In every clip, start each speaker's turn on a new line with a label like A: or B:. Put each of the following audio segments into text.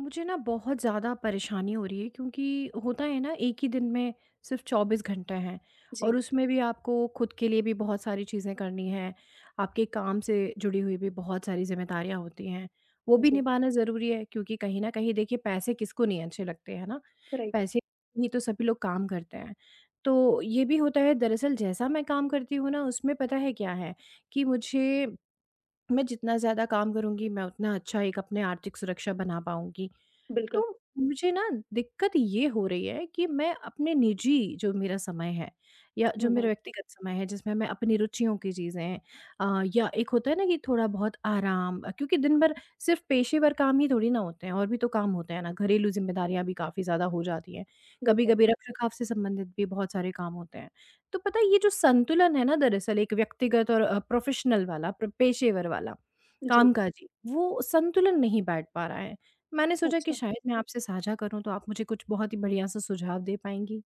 A: मुझे ना बहुत ज़्यादा परेशानी हो रही है क्योंकि होता है ना एक ही दिन में सिर्फ 24 घंटे हैं।
B: जी,
A: और उसमें भी आपको खुद के लिए भी बहुत सारी चीज़ें करनी हैं, आपके काम से जुड़ी हुई भी बहुत सारी जिम्मेदारियां होती हैं, वो भी
B: जी,
A: निभाना ज़रूरी है, क्योंकि कहीं ना कहीं देखिए, पैसे किसको नहीं अच्छे लगते हैं ना।
B: राइट,
A: पैसे ही तो सभी लोग काम करते हैं। तो ये भी होता है, दरअसल जैसा मैं काम करती हूँ ना, उसमें पता है क्या है कि मुझे, मैं जितना ज़्यादा काम करूंगी मैं उतना अच्छा एक अपने आर्थिक सुरक्षा बना पाऊंगी। तो
B: बिल्कुल।
A: मुझे ना दिक्कत ये हो रही है कि मैं अपने निजी जो मेरा समय है, या जो
B: हुँ,
A: मेरा
B: हुँ,
A: व्यक्तिगत समय है जिसमें मैं अपनी रुचियों की चीज़ें या एक होता है ना कि थोड़ा बहुत आराम, क्योंकि दिन भर सिर्फ पेशेवर काम ही थोड़ी ना होते हैं, और भी तो काम होते हैं ना। घरेलू जिम्मेदारियां भी काफ़ी ज़्यादा हो जाती हैं, कभी
B: बिल्कुल,
A: कभी रखरखाव से संबंधित भी बहुत सारे काम होते हैं। तो पता है ये जो संतुलन है ना, दरअसल एक व्यक्तिगत और प्रोफेशनल वाला पेशेवर वाला
B: जी,
A: काम काजी, वो संतुलन नहीं बैठ पा रहा है। मैंने सोचा कि
B: अच्छा।
A: शायद मैं आपसे साझा करूँ तो आप मुझे कुछ बहुत ही बढ़िया-सा सुझाव दे पाएँगी।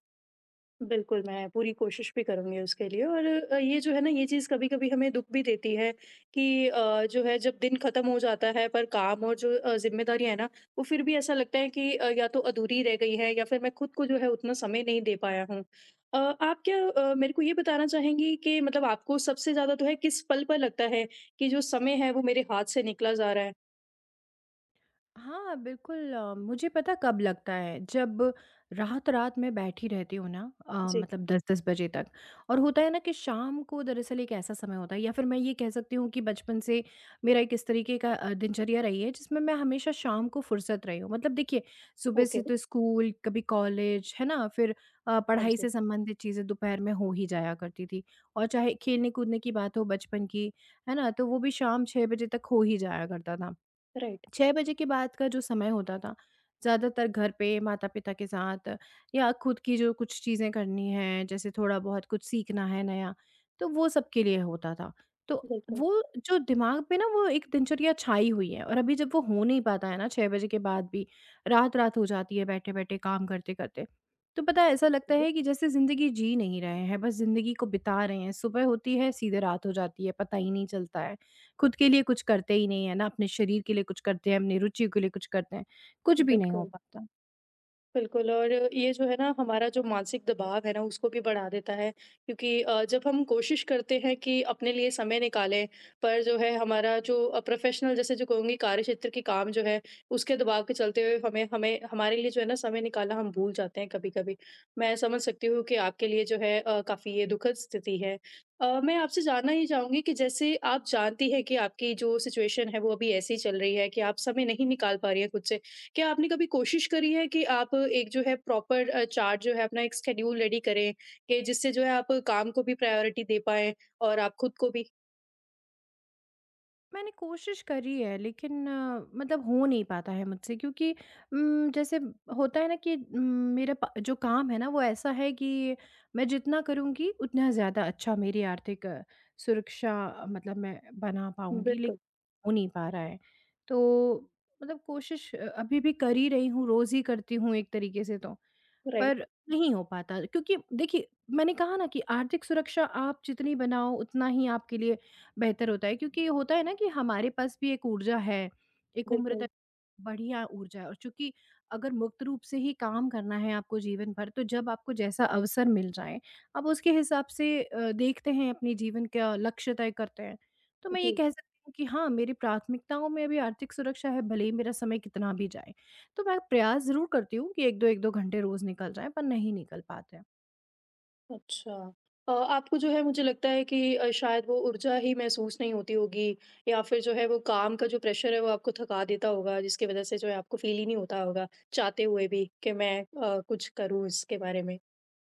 B: बिल्कुल, मैं पूरी कोशिश भी करूँगी उसके लिए, और ये जो है ना, ये चीज़ कभी-कभी हमें दुःख भी देती है कि जो है जब दिन खत्म हो जाता है, पर काम और जो ज़िम्मेदारियाँ हैं ना, वो फिर भी ऐसा लगता है कि या तो अधूरी रह गई है, या फिर मैं खुद को जो है उतना समय नहीं दे पाया हूँ। आप क्या मेरे को ये बताना चाहेंगी कि मतलब आपको सबसे ज़्यादा तो है किस पल पर लगता है कि जो समय है वो मेरे हाथ से निकला जा रहा है?
A: हाँ, बिल्कुल। मुझे पता कब लगता है, जब रात-रात मैं बैठी रहती हूँ ना,
B: जी,
A: मतलब 10-10 बजे तक। और होता है ना कि शाम को दरअसल एक ऐसा समय होता है, या फिर मैं ये कह सकती हूँ कि बचपन से मेरा एक इस तरीके का दिनचर्या रही है जिसमें मैं हमेशा शाम को फुर्सत रही हूँ। मतलब देखिए, सुबह
B: ओके,
A: से तो स्कूल, कभी कॉलेज, है ना? फिर
B: हाँ
A: पढ़ाई
B: जी,
A: से संबंधित चीज़ें दोपहर में हो ही जाया करती थी, और चाहे खेलने-कूदने की बात हो बचपन की, है ना? तो वो भी शाम 6 बजे तक हो ही जाया करता था।
B: राइट।
A: 6 बजे के बाद का जो समय होता था, ज़्यादातर घर पे माता-पिता के साथ, या खुद की जो कुछ चीज़ें करनी हैं, जैसे थोड़ा बहुत कुछ सीखना है नया, तो वो सबके लिए होता था। तो
B: बिल्कुल,
A: वो जो दिमाग पे ना वो एक दिनचर्या छाई हुई है, और अभी जब वो हो नहीं पाता है ना 6 बजे के बाद भी, रात-रात हो जाती है बैठे-बैठे काम करते-करते। तो पता है ऐसा लगता है कि जैसे ज़िंदगी जी नहीं रहे हैं, बस ज़िंदगी को बिता रहे हैं। सुबह होती है, सीधे रात हो जाती है, पता ही नहीं चलता है। खुद के लिए कुछ करते ही नहीं है ना, अपने शरीर के लिए कुछ करते हैं, अपनी रुचियों के लिए कुछ करते हैं, कुछ भी नहीं हो
B: बिल्कुल,
A: पाता।
B: बिल्कुल, और ये जो है ना हमारा जो मानसिक दबाव है ना उसको भी बढ़ा देता है, क्योंकि जब हम कोशिश करते हैं कि अपने लिए समय निकालें, पर जो है हमारा जो प्रोफ़ेशनल जैसे जो कहूँगी कार्यक्षेत्र के काम जो है उसके दबाव के चलते हुए हमें हमें हमारे लिए जो है ना समय निकालना हम भूल जाते हैं कभी-कभी। मैं समझ सकती हूँ कि आपके लिए जो है काफ़ी ये दुखद स्थिति है। मैं आपसे जानना ये चाहूँगी कि जैसे आप जानती हैं कि आपकी जो सिचुएशन है वो अभी ऐसी चल रही है कि आप समय नहीं निकाल पा रही हैं खुद से। क्या आपने कभी कोशिश करी है कि आप एक जो है प्रॉपर चार्ट जो है अपना एक शेड्यूल रेडी करें, कि जिससे जो है आप काम को भी प्रायोरिटी दे पाएँ और आप खुद को भी?
A: मैंने कोशिश करी है, लेकिन मतलब हो नहीं पाता है मुझसे, क्योंकि जैसे होता है ना कि मेरा प जो काम है ना वो ऐसा है कि मैं जितना करूँगी उतना ज़्यादा अच्छा मेरी आर्थिक सुरक्षा, मतलब मैं बना पाऊँगी,
B: बिल्कुल,
A: लेकिन हो नहीं पा रहा है। तो मतलब कोशिश अभी भी कर ही रही हूँ, रोज़ ही करती हूँ एक तरीके से तो।
B: राइट,
A: पर नहीं हो पाता, क्योंकि देखिए मैंने कहा ना कि आर्थिक सुरक्षा आप जितनी बनाओ उतना ही आपके लिए बेहतर होता है, क्योंकि होता है ना कि हमारे पास भी एक ऊर्जा है, एक उम्र,
B: बिल्कुल।
A: बढ़िया ऊर्जा है। और चूँकि अगर मुक्त रूप से ही काम करना है आपको जीवन भर, तो जब आपको जैसा अवसर मिल जाए, आप उसके हिसाब से देखते हैं, अपने जीवन का लक्ष्य तय करते हैं। तो मैं ये
B: जी।
A: कह सकती हूँ कि हाँ, मेरी प्राथमिकताओं में अभी आर्थिक सुरक्षा है, भले ही मेरा समय कितना भी जाए। तो मैं प्रयास ज़रूर करती हूँ कि 1-2, 1-2 घंटे रोज़ निकल जाएँ, पर नहीं निकल पाते हैं।
B: अच्छा। आपको जो है मुझे लगता है कि शायद वो ऊर्जा ही महसूस नहीं होती होगी, या फिर जो है वो काम का जो प्रेशर है वो आपको थका देता होगा, जिसकी वज़ह से जो है आपको फ़ील ही नहीं होता होगा, चाहते हुए भी कि मैं कुछ करूँ इसके बारे में।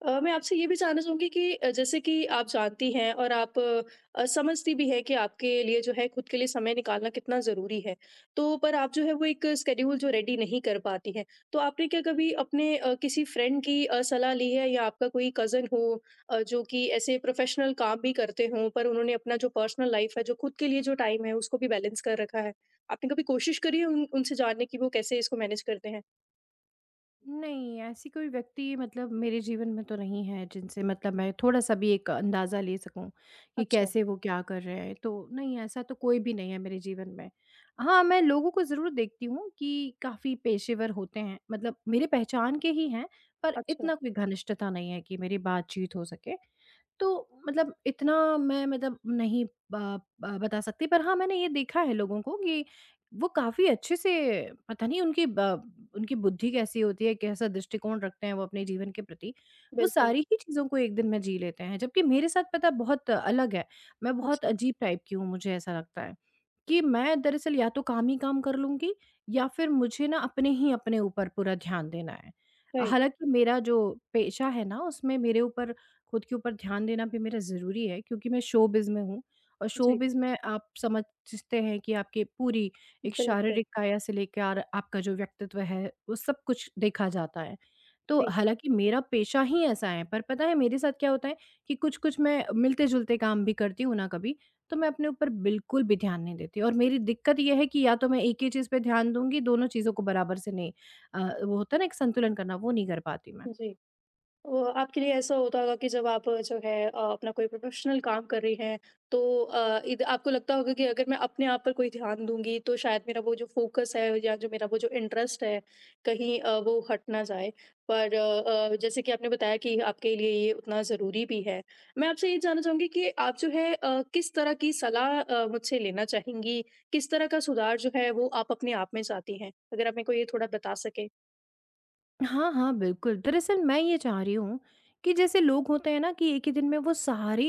B: मैं आपसे ये भी जानना चाहूँगी कि जैसे कि आप जानती हैं और आप समझती भी हैं कि आपके लिए जो है खुद के लिए समय निकालना कितना ज़रूरी है। तो पर आप जो है वो एक स्केड्यूल जो रेडी नहीं कर पाती हैं। तो आपने क्या कभी अपने किसी फ्रेंड की सलाह ली है, या आपका कोई कज़न हो जो कि ऐसे प्रोफ़ेशनल काम भी करते हों, पर उन्होंने अपना जो पर्सनल लाइफ़ है, जो खुद के लिए जो टाइम है उसको भी बैलेंस कर रखा है? आपने कभी कोशिश करी है उन उनसे जानने की वो कैसे इसको मैनेज करते हैं?
A: नहीं, ऐसी कोई व्यक्ति मतलब मेरे जीवन में तो नहीं है जिनसे मतलब मैं थोड़ा-सा भी एक अंदाज़ा ले सकूँ कि
B: अच्छा,
A: कैसे वो क्या कर रहे हैं। तो नहीं, ऐसा तो कोई भी नहीं है मेरे जीवन में। हाँ, मैं लोगों को ज़रूर देखती हूँ कि काफ़ी पेशेवर होते हैं, मतलब मेरे पहचान के ही हैं, पर
B: अच्छा,
A: इतना कोई घनिष्ठता नहीं है कि मेरी बातचीत हो सके। तो मतलब इतना मैं मतलब नहीं ब ब बता सकती, पर हाँ, मैंने ये देखा है लोगों को कि वो काफ़ी अच्छे से, पता नहीं उनकी बुद्धि कैसी होती है, कैसा दृष्टिकोण रखते हैं वो अपने जीवन के प्रति, वो
B: बिल्कुल।
A: सारी ही चीज़ों को एक दिन में जी लेते हैं। जबकि मेरे साथ पता है बहुत अलग है, मैं बहुत
B: अच्छा,
A: अजीब टाइप की हूँ, मुझे ऐसा लगता है कि मैं दरअसल या तो काम ही काम कर लूँगी, या फिर मुझे ना अपने ऊपर पूरा ध्यान देना है।
B: राइट,
A: हालाँकि मेरा जो पेशा है ना, उसमें मेरे ऊपर खुद के ऊपर ध्यान देना भी मेरा ज़रूरी है, क्योंकि मैं शोबिज़ में हूँ, और
B: जी।
A: शोबिज़ में आप समझते हैं कि आपकी पूरी एक
B: बिल्कुल,
A: शारीरिक काया से लेकर आपका जो व्यक्तित्व है, वो सब कुछ देखा जाता है। तो
B: जी,
A: हालाँकि मेरा पेशा ही ऐसा है, पर पता है मेरे साथ क्या होता है कि कुछ-कुछ मैं मिलते-जुलते काम भी करती हूँ ना कभी, तो मैं अपने ऊपर बिल्कुल भी ध्यान नहीं देती, और मेरी दिक्कत ये है कि या तो मैं एक ही चीज़ पे ध्यान दूँगी, दोनों चीज़ों को बराबर से नहीं, अ, वो होता है ना एक संतुलन करना, वो नहीं कर पाती मैं।
B: जी। वो आपके लिए ऐसा होता होगा कि जब आप जो है अपना कोई प्रोफ़ेशनल काम कर रही हैं, तो इद आपको लगता होगा कि अगर मैं अपने आप पर कोई ध्यान दूँगी, तो शायद मेरा वो जो फ़ोकस है या जो मेरा वो जो इंटरेस्ट है, कहीं वो हट ना जाए। पर जैसे कि आपने बताया कि आपके लिए ये उतना ज़रूरी भी है। मैं आपसे ये जानना चाहूँगी कि आप जो है किस तरह की सलाह मुझसे लेना चाहेंगी? किस तरह का सुधार जो है, वो आप अपने आप में चाहती हैं? अगर आप मेरे को ये थोड़ा बता सकें।
A: हाँ, हाँ, बिल्कुल। दरअसल मैं ये चाह रही हूँ कि जैसे लोग होते हैं ना कि एक ही दिन में वो सारे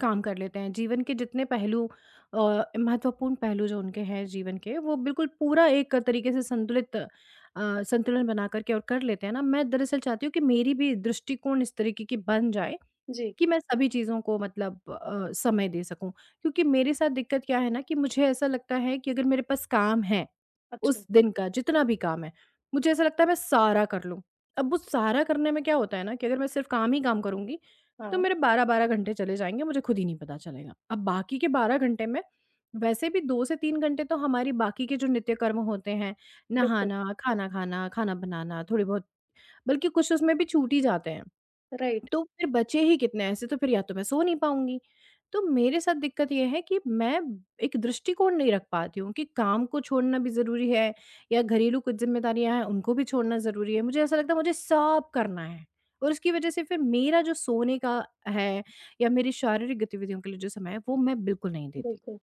A: काम कर लेते हैं, जीवन के जितने पहलू महत्वपूर्ण पहलू जो उनके हैं जीवन के, वो बिल्कुल पूरा एक तरीके से संतुलित, संतुलन बना कर के और कर लेते हैं ना। मैं दरअसल चाहती हूँ कि मेरी भी दृष्टिकोण इस तरीके की बन जाए
B: जी,
A: कि मैं सभी चीज़ों को मतलब समय दे सकूँ। क्योंकि मेरे साथ दिक्कत क्या है ना कि मुझे ऐसा लगता है कि अगर मेरे पास काम है,
B: अच्छा।
A: उस दिन का जितना भी काम है, मुझे ऐसा लगता है मैं सारा कर लूँ। अब वो सारा करने में क्या होता है ना कि अगर मैं सिर्फ़ काम ही काम करूँगी, तो
B: हाँ,
A: मेरे 12-12 घंटे चले जाएँगे, मुझे खुद ही नहीं पता चलेगा। अब बाकी के 12 घंटे में वैसे भी 2 से 3 घंटे तो हमारी बाकी के जो नित्य कर्म होते हैं,
B: बिल्कुल,
A: नहाना, खाना खाना, खाना बनाना, थोड़े बहुत, बल्कि कुछ उसमें भी छूट ही जाते हैं।
B: राइट,
A: तो फिर बचे ही कितने ऐसे, तो फिर या तो मैं सो नहीं पाऊँगी। तो मेरे साथ दिक्कत ये है कि मैं एक दृष्टिकोण नहीं रख पाती हूँ कि काम को छोड़ना भी ज़रूरी है, या घरेलू कुछ ज़िम्मेदारियाँ हैं उनको भी छोड़ना ज़रूरी है। मुझे ऐसा लगता है मुझे सब करना है, और उसकी वज़ह से फिर मेरा जो सोने का है, या मेरी शारीरिक गतिविधियों के लिए जो समय है वो मैं बिल्कुल नहीं देती।
B: बिल्कुल,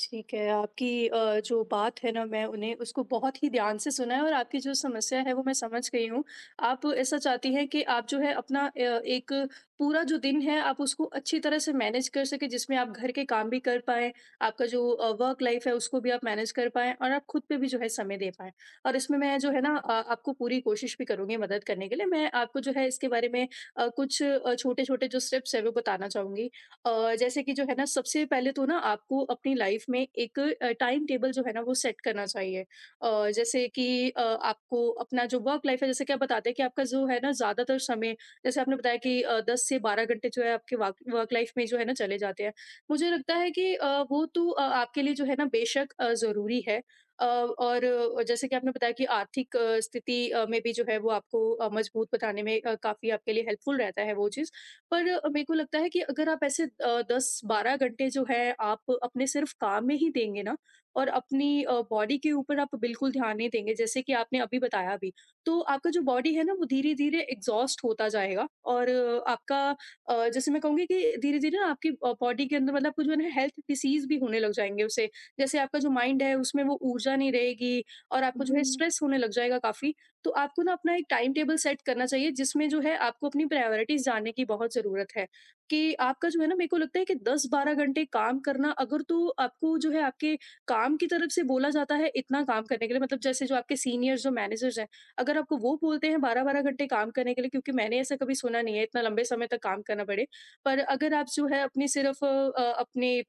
B: ठीक है, आपकी जो बात है ना मैं उन्हें उसको बहुत ही ध्यान से सुना है, और आपकी जो समस्या है वो मैं समझ गई हूँ। आप ऐसा चाहती हैं कि आप जो है अपना एक पूरा जो दिन है आप उसको अच्छी तरह से मैनेज कर सकें, जिसमें आप घर के काम भी कर पाएँ, आपका जो वर्क लाइफ़ है उसको भी आप मैनेज कर पाएँ, और आप खुद पे भी जो है समय दे पाएँ। और इसमें मैं जो है ना आपको पूरी कोशिश भी करूँगी मदद करने के लिए। मैं आपको जो है इसके बारे में कुछ छोटे-छोटे जो स्टेप्स हैं वो बताना चाहूँगी। जैसे कि जो है ना सबसे पहले तो ना आपको अपनी लाइफ में एक टाइम टेबल जो है ना वो सेट करना चाहिए। जैसे कि आपको अपना जो वर्क लाइफ है जैसे कि आप बताते हैं कि आपका जो है ना ज़्यादातर समय, जैसे आपने बताया कि 10 से 12 घंटे जो है आपके वर्क लाइफ में जो है ना चले जाते हैं, मुझे लगता है कि वो तो आपके लिए जो है ना बेशक ज़रूरी है, और जैसे कि आपने बताया कि आर्थिक स्थिति में भी जो है वो आपको मजबूत बनाने में काफ़ी आपके लिए हेल्पफुल रहता है वो चीज़। पर मेरे को लगता है कि अगर आप ऐसे 10-12 घंटे जो है आप अपने सिर्फ काम में ही देंगे ना, और अपनी बॉडी के ऊपर आप बिल्कुल ध्यान नहीं देंगे, जैसे कि आपने अभी बताया भी, तो आपका जो बॉडी है ना वो धीरे-धीरे एग्ज़ॉस्ट होता जाएगा, और आपका जैसे मैं कहूँगी कि धीरे-धीरे ना आपकी बॉडी के अंदर मतलब आपको जो है ना हेल्थ डिसीज़ भी होने लग जाएँगे उससे। जैसे आपका जो माइंड है उसमें वो ऊर्जा नहीं रहेगी, और आपको जो है
A: हुँ,
B: स्ट्रेस होने लग जाएगा काफ़ी। तो आपको ना अपना एक टाइम टेबल सेट करना चाहिए, जिसमें जो है आपको अपनी प्रायोरिटीज जानने की बहुत ज़रूरत है, कि आपका जो है ना मेरे को लगता है कि 10-12 घंटे काम करना, अगर तो आपको जो है आपके काम की तरफ से बोला जाता है इतना काम करने के लिए, मतलब जैसे जो आपके सीनियर्स जो मैनेजर्स हैं, अगर आपको वो बोलते हैं 12-12 घंटे काम करने के लिए, क्योंकि मैंने ऐसा कभी सुना नहीं है इतना लंबे समय तक काम करना पड़े। पर अगर आप जो है अपनी सिर्फ अपने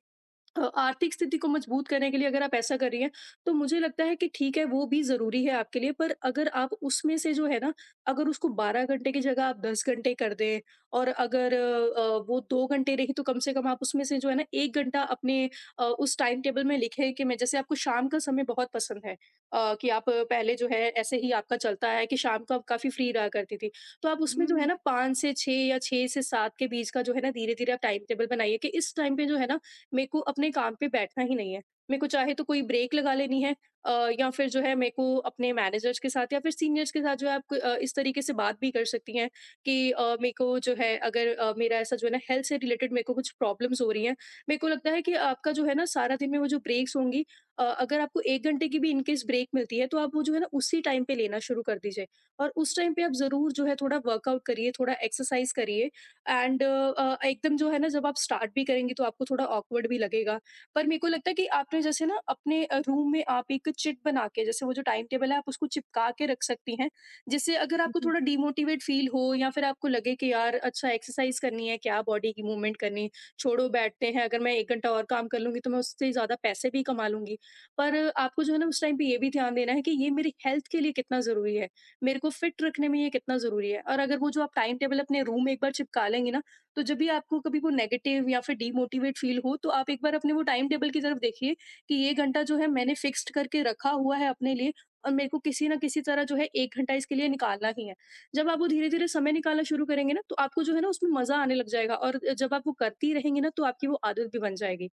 B: आर्थिक स्थिति को मजबूत करने के लिए अगर आप ऐसा कर रही हैं, तो मुझे लगता है कि ठीक है वो भी ज़रूरी है आपके लिए। पर अगर आप उसमें से जो है ना, अगर उसको 12 घंटे की जगह आप 10 घंटे कर दें, और अगर वो 2 घंटे रही, तो कम से कम आप उसमें से जो है ना 1 घंटा अपने उस टाइम टेबल में लिखें, कि मैं, जैसे आपको शाम का समय बहुत पसंद है, कि आप पहले जो है ऐसे ही आपका चलता है कि शाम को आप काफ़ी फ्री रहा करती थी। तो आप उसमें जो है
A: हुँ,
B: ना 5 से 6 या 6 से 7 के बीच का जो है ना धीरे-धीरे आप टाइम टेबल बनाइए, कि इस टाइम पे जो है ना मेरे को अपने काम पे बैठना ही नहीं है। मेरे को चाहे तो कोई ब्रेक लगा लेनी है, अ, या फिर जो है मेरे को अपने मैनेजर्स के साथ या फिर सीनियर्स के साथ जो है इस तरीके से बात भी कर सकती हैं, कि मेरे को जो है अगर मेरा ऐसा जो है ना हेल्थ से रिलेटेड मेरे को कुछ प्रॉब्लम्स हो रही हैं। मेरे को लगता है कि आपका जो है ना सारा दिन में वो जो ब्रेक्स होंगी, अगर आपको 1 घंटे की भी इन केस ब्रेक मिलती है, तो आप वो जो है ना उसी टाइम पे लेना शुरू कर दीजिए, और उस टाइम पे आप ज़रूर जो है थोड़ा वर्कआउट करिए, थोड़ा एक्सरसाइज करिए। एंड एकदम जो है ना जब आप स्टार्ट भी करेंगी तो आपको थोड़ा ऑकवर्ड भी लगेगा। पर मेरे को लगता है कि आपने जैसे ना अपने रूम में आप एक चिट बना के जैसे वो जो टाइम टेबल है आप उसको चिपका के रख सकती हैं। जिससे अगर आपको
A: हुँ,
B: थोड़ा डिमोटिवेट फ़ील हो, या फिर आपको लगे कि यार अच्छा एक्सरसाइज़ करनी है, क्या बॉडी की मूवमेंट करनी, छोड़ो बैठते हैं, अगर मैं 1 घंटा और काम कर लूँगी तो मैं उससे ज़्यादा पैसे भी कमा लूँगी। पर आपको जो है ना उस टाइम पे ये भी ध्यान देना है कि ये मेरी हेल्थ के लिए कितना ज़रूरी है। मेरे को फिट रखने में ये कितना ज़रूरी है। और अगर वो जो आप टाइम टेबल अपने रूम में एक बार चिपका लेंगे ना, तो जब भी आपको कभी वो नेगेटिव या फिर डिमोटिवेट फ़ील हो, तो आप एक बार अपने वो टाइम टेबल की तरफ देखिए, कि ये घंटा जो है मैंने फ़िक्स्ड करके रखा हुआ है अपने लिए, और मेरे को किसी न किसी तरह जो है 1 घंटा इसके लिए निकालना ही है। जब आप वो धीरे-धीरे समय निकालना शुरू करेंगे ना, तो आपको जो है ना उसमें मज़ा आने लग जाएगा, और जब आप वो करती रहेंगे ना, तो आपकी वो आदत भी बन जाएगी।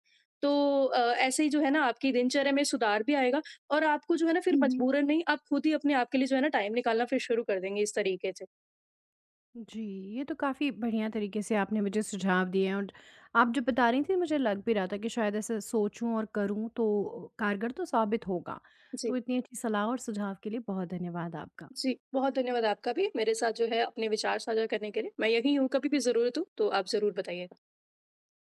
B: तो ऐसे ही जो है ना आपकी दिनचर्या में सुधार भी आएगा, और आपको जो है ना फिर
A: हुँ, हुँ,
B: मजबूरन नहीं, आप खुद ही अपने आप के लिए जो है ना टाइम निकालना फिर शुरू कर देंगे इस तरीके से।
A: जी। ये तो काफ़ी बढ़िया तरीके से आपने मुझे सुझाव दिए हैं, और आप जो बता रही थीं मुझे लग भी रहा था कि शायद ऐसा सोचूँ और करूँ तो कारगर तो साबित होगा।
B: जी,
A: तो इतनी अच्छी सलाह और सुझाव के लिए बहुत धन्यवाद आपका।
B: जी, बहुत धन्यवाद आपका भी मेरे साथ जो है अपने विचार साझा करने के लिए। मैं यहीं हूँ, कभी भी ज़रूरत हो तो आप ज़रूर बताइए।